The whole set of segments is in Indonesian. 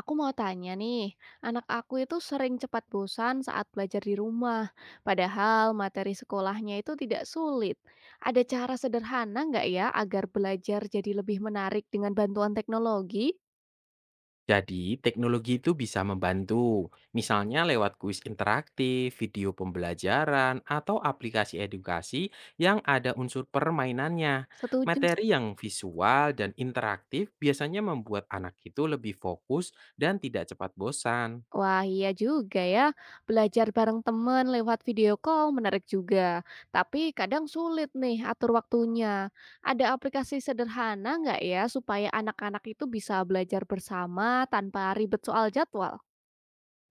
Aku mau tanya nih, anak aku itu sering cepat bosan saat belajar di rumah, padahal materi sekolahnya itu tidak sulit. Ada cara sederhana nggak ya agar belajar jadi lebih menarik dengan bantuan teknologi? Jadi, teknologi itu bisa membantu, misalnya lewat kuis interaktif, video pembelajaran, atau aplikasi edukasi yang ada unsur permainannya. Setuju sih. Materi yang visual dan interaktif biasanya membuat anak itu lebih fokus dan tidak cepat bosan. Wah iya juga ya, belajar bareng temen lewat video call menarik juga. Tapi kadang sulit nih atur waktunya. Ada aplikasi sederhana nggak ya supaya anak-anak itu bisa belajar bersama tanpa ribet soal jadwal?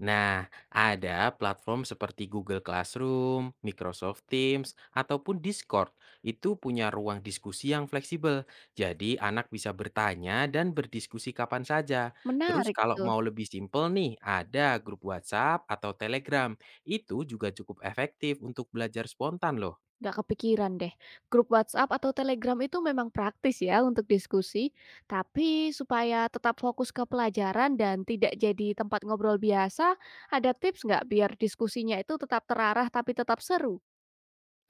Nah, ada platform seperti Google Classroom, Microsoft Teams, ataupun Discord. Itu punya ruang diskusi yang fleksibel. Jadi anak bisa bertanya dan berdiskusi kapan saja. Terus Menarik kalau tuh, mau lebih simpel nih, ada grup WhatsApp atau Telegram. Itu juga cukup efektif untuk belajar spontan loh. nggak kepikiran deh. Grup WhatsApp atau Telegram itu memang praktis ya untuk diskusi, tapi supaya tetap fokus ke pelajaran dan tidak jadi tempat ngobrol biasa, ada tips nggak biar diskusinya itu tetap terarah tapi tetap seru?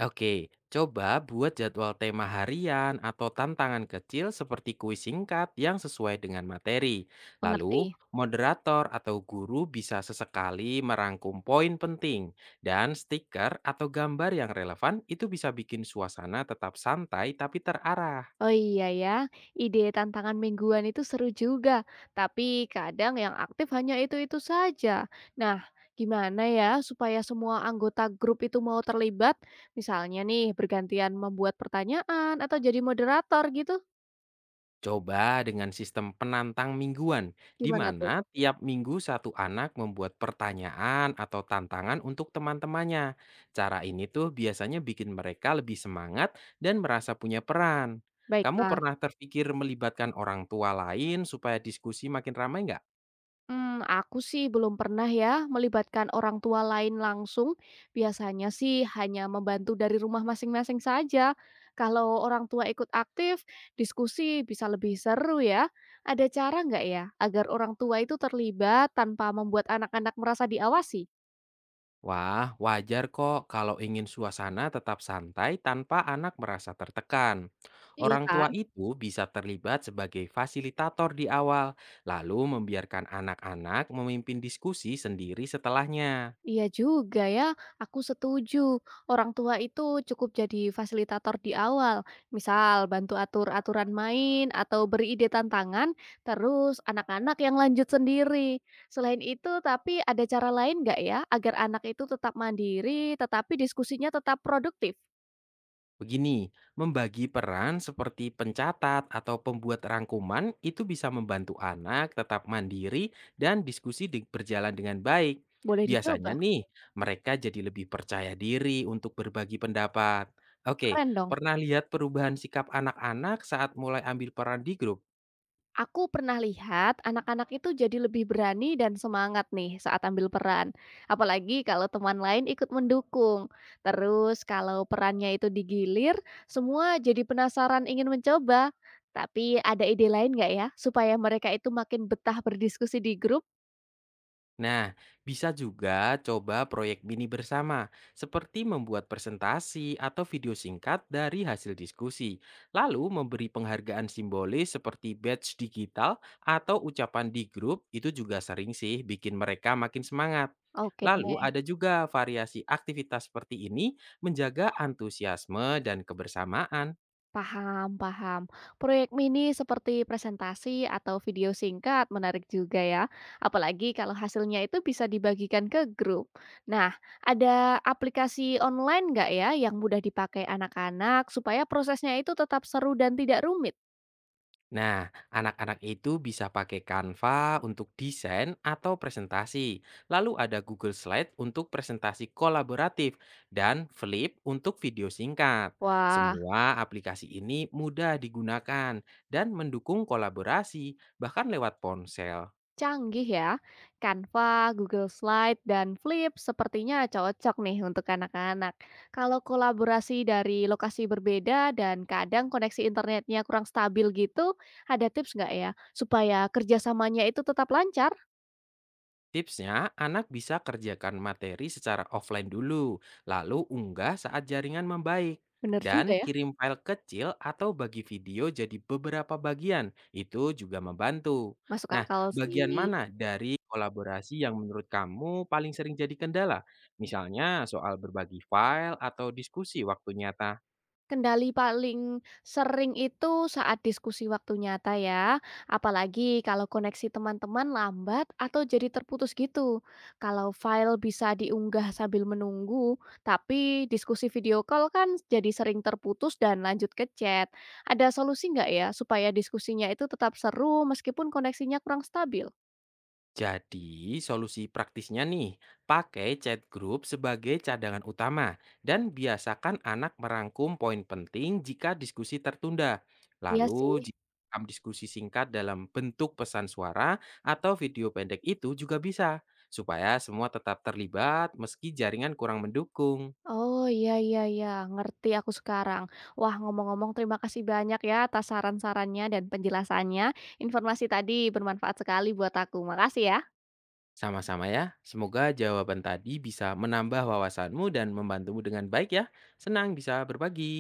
Oke, coba buat jadwal tema harian atau tantangan kecil seperti kuis singkat yang sesuai dengan materi. Lalu, Mengerti? moderator atau guru bisa sesekali merangkum poin penting dan stiker atau gambar yang relevan itu bisa bikin suasana tetap santai tapi terarah. Oh iya ya, ide tantangan mingguan itu seru juga, tapi kadang yang aktif hanya itu-itu saja. Nah, gimana ya supaya semua anggota grup itu mau terlibat? Misalnya nih, bergantian membuat pertanyaan atau jadi moderator gitu. Coba dengan sistem penantang mingguan, di Gimana tuh? mana tiap minggu satu anak membuat pertanyaan atau tantangan untuk teman-temannya. Cara ini tuh biasanya bikin mereka lebih semangat dan merasa punya peran. Kamu Baiklah. pernah terpikir melibatkan orang tua lain supaya diskusi makin ramai nggak? Hmm, aku sih belum pernah ya melibatkan orang tua lain langsung, biasanya sih hanya membantu dari rumah masing-masing saja. Kalau orang tua ikut aktif, diskusi bisa lebih seru ya. Ada cara nggak ya agar orang tua itu terlibat tanpa membuat anak-anak merasa diawasi? Wah, wajar kok kalau ingin suasana tetap santai tanpa anak merasa tertekan. Iya Orang kan? tua itu bisa terlibat sebagai fasilitator di awal, lalu membiarkan anak-anak memimpin diskusi sendiri setelahnya. Iya juga ya, aku setuju. Orang tua itu cukup jadi fasilitator di awal. Misal bantu atur aturan main atau beri ide tantangan, terus anak-anak yang lanjut sendiri. Selain itu, tapi ada cara lain nggak ya agar anak itu tetap mandiri tetapi diskusinya tetap produktif? Begini, membagi peran seperti pencatat atau pembuat rangkuman itu bisa membantu anak tetap mandiri dan berjalan dengan baik. Boleh dicoba. Biasanya nih, mereka jadi lebih percaya diri untuk berbagi pendapat. Oke, Keren dong. pernah lihat perubahan sikap anak-anak saat mulai ambil peran di grup? Aku pernah lihat anak-anak itu jadi lebih berani dan semangat nih saat ambil peran. Apalagi kalau teman lain ikut mendukung. Terus kalau perannya itu digilir, semua jadi penasaran ingin mencoba. Tapi ada ide lain nggak ya supaya mereka itu makin betah berdiskusi di grup? Nah, bisa juga coba proyek mini bersama, seperti membuat presentasi atau video singkat dari hasil diskusi, lalu memberi penghargaan simbolis seperti badge digital atau ucapan di grup, itu juga sering sih bikin mereka makin semangat. Oke Lalu deh. ada juga variasi aktivitas seperti ini menjaga antusiasme dan kebersamaan. Paham, paham. Proyek mini seperti presentasi atau video singkat menarik juga ya. Apalagi kalau hasilnya itu bisa dibagikan ke grup. Nah, ada aplikasi online nggak ya yang mudah dipakai anak-anak supaya prosesnya itu tetap seru dan tidak rumit? Nah, anak-anak itu bisa pakai Canva untuk desain atau presentasi. Lalu ada Google Slide untuk presentasi kolaboratif dan Flip untuk video singkat. Wah, Semua aplikasi ini mudah digunakan dan mendukung kolaborasi bahkan lewat ponsel. canggih ya. Canva, Google Slide, dan Flip sepertinya cocok nih untuk anak-anak. Kalau kolaborasi dari lokasi berbeda dan kadang koneksi internetnya kurang stabil gitu, ada tips nggak ya supaya kerjasamanya itu tetap lancar? Tipsnya, anak bisa kerjakan materi secara offline dulu, lalu unggah saat jaringan membaik. Bener juga Dan ya, kirim file kecil atau bagi video jadi beberapa bagian, itu juga membantu. masuk Nah, akal bagian sih. mana dari kolaborasi yang menurut kamu paling sering jadi kendala? Misalnya soal berbagi file atau diskusi waktu nyata. Kendali paling sering itu saat diskusi waktu nyata ya, apalagi kalau koneksi teman-teman lambat atau jadi terputus gitu. Kalau file bisa diunggah sambil menunggu, tapi diskusi video call kan jadi sering terputus dan lanjut ke chat. Ada solusi nggak ya supaya diskusinya itu tetap seru meskipun koneksinya kurang stabil? Jadi, solusi praktisnya nih, pakai chat group sebagai cadangan utama dan biasakan anak merangkum poin penting jika diskusi tertunda. Iya sih. Lalu, jika rekam diskusi singkat dalam bentuk pesan suara atau video pendek itu juga bisa, supaya semua tetap terlibat meski jaringan kurang mendukung. Oh, iya iya iya, ngerti aku sekarang. Wah, ngomong-ngomong terima kasih banyak ya atas saran-sarannya dan penjelasannya. Informasi tadi bermanfaat sekali buat aku. Makasih ya. Sama-sama ya, semoga jawaban tadi bisa menambah wawasanmu dan membantumu dengan baik ya. Senang bisa berbagi.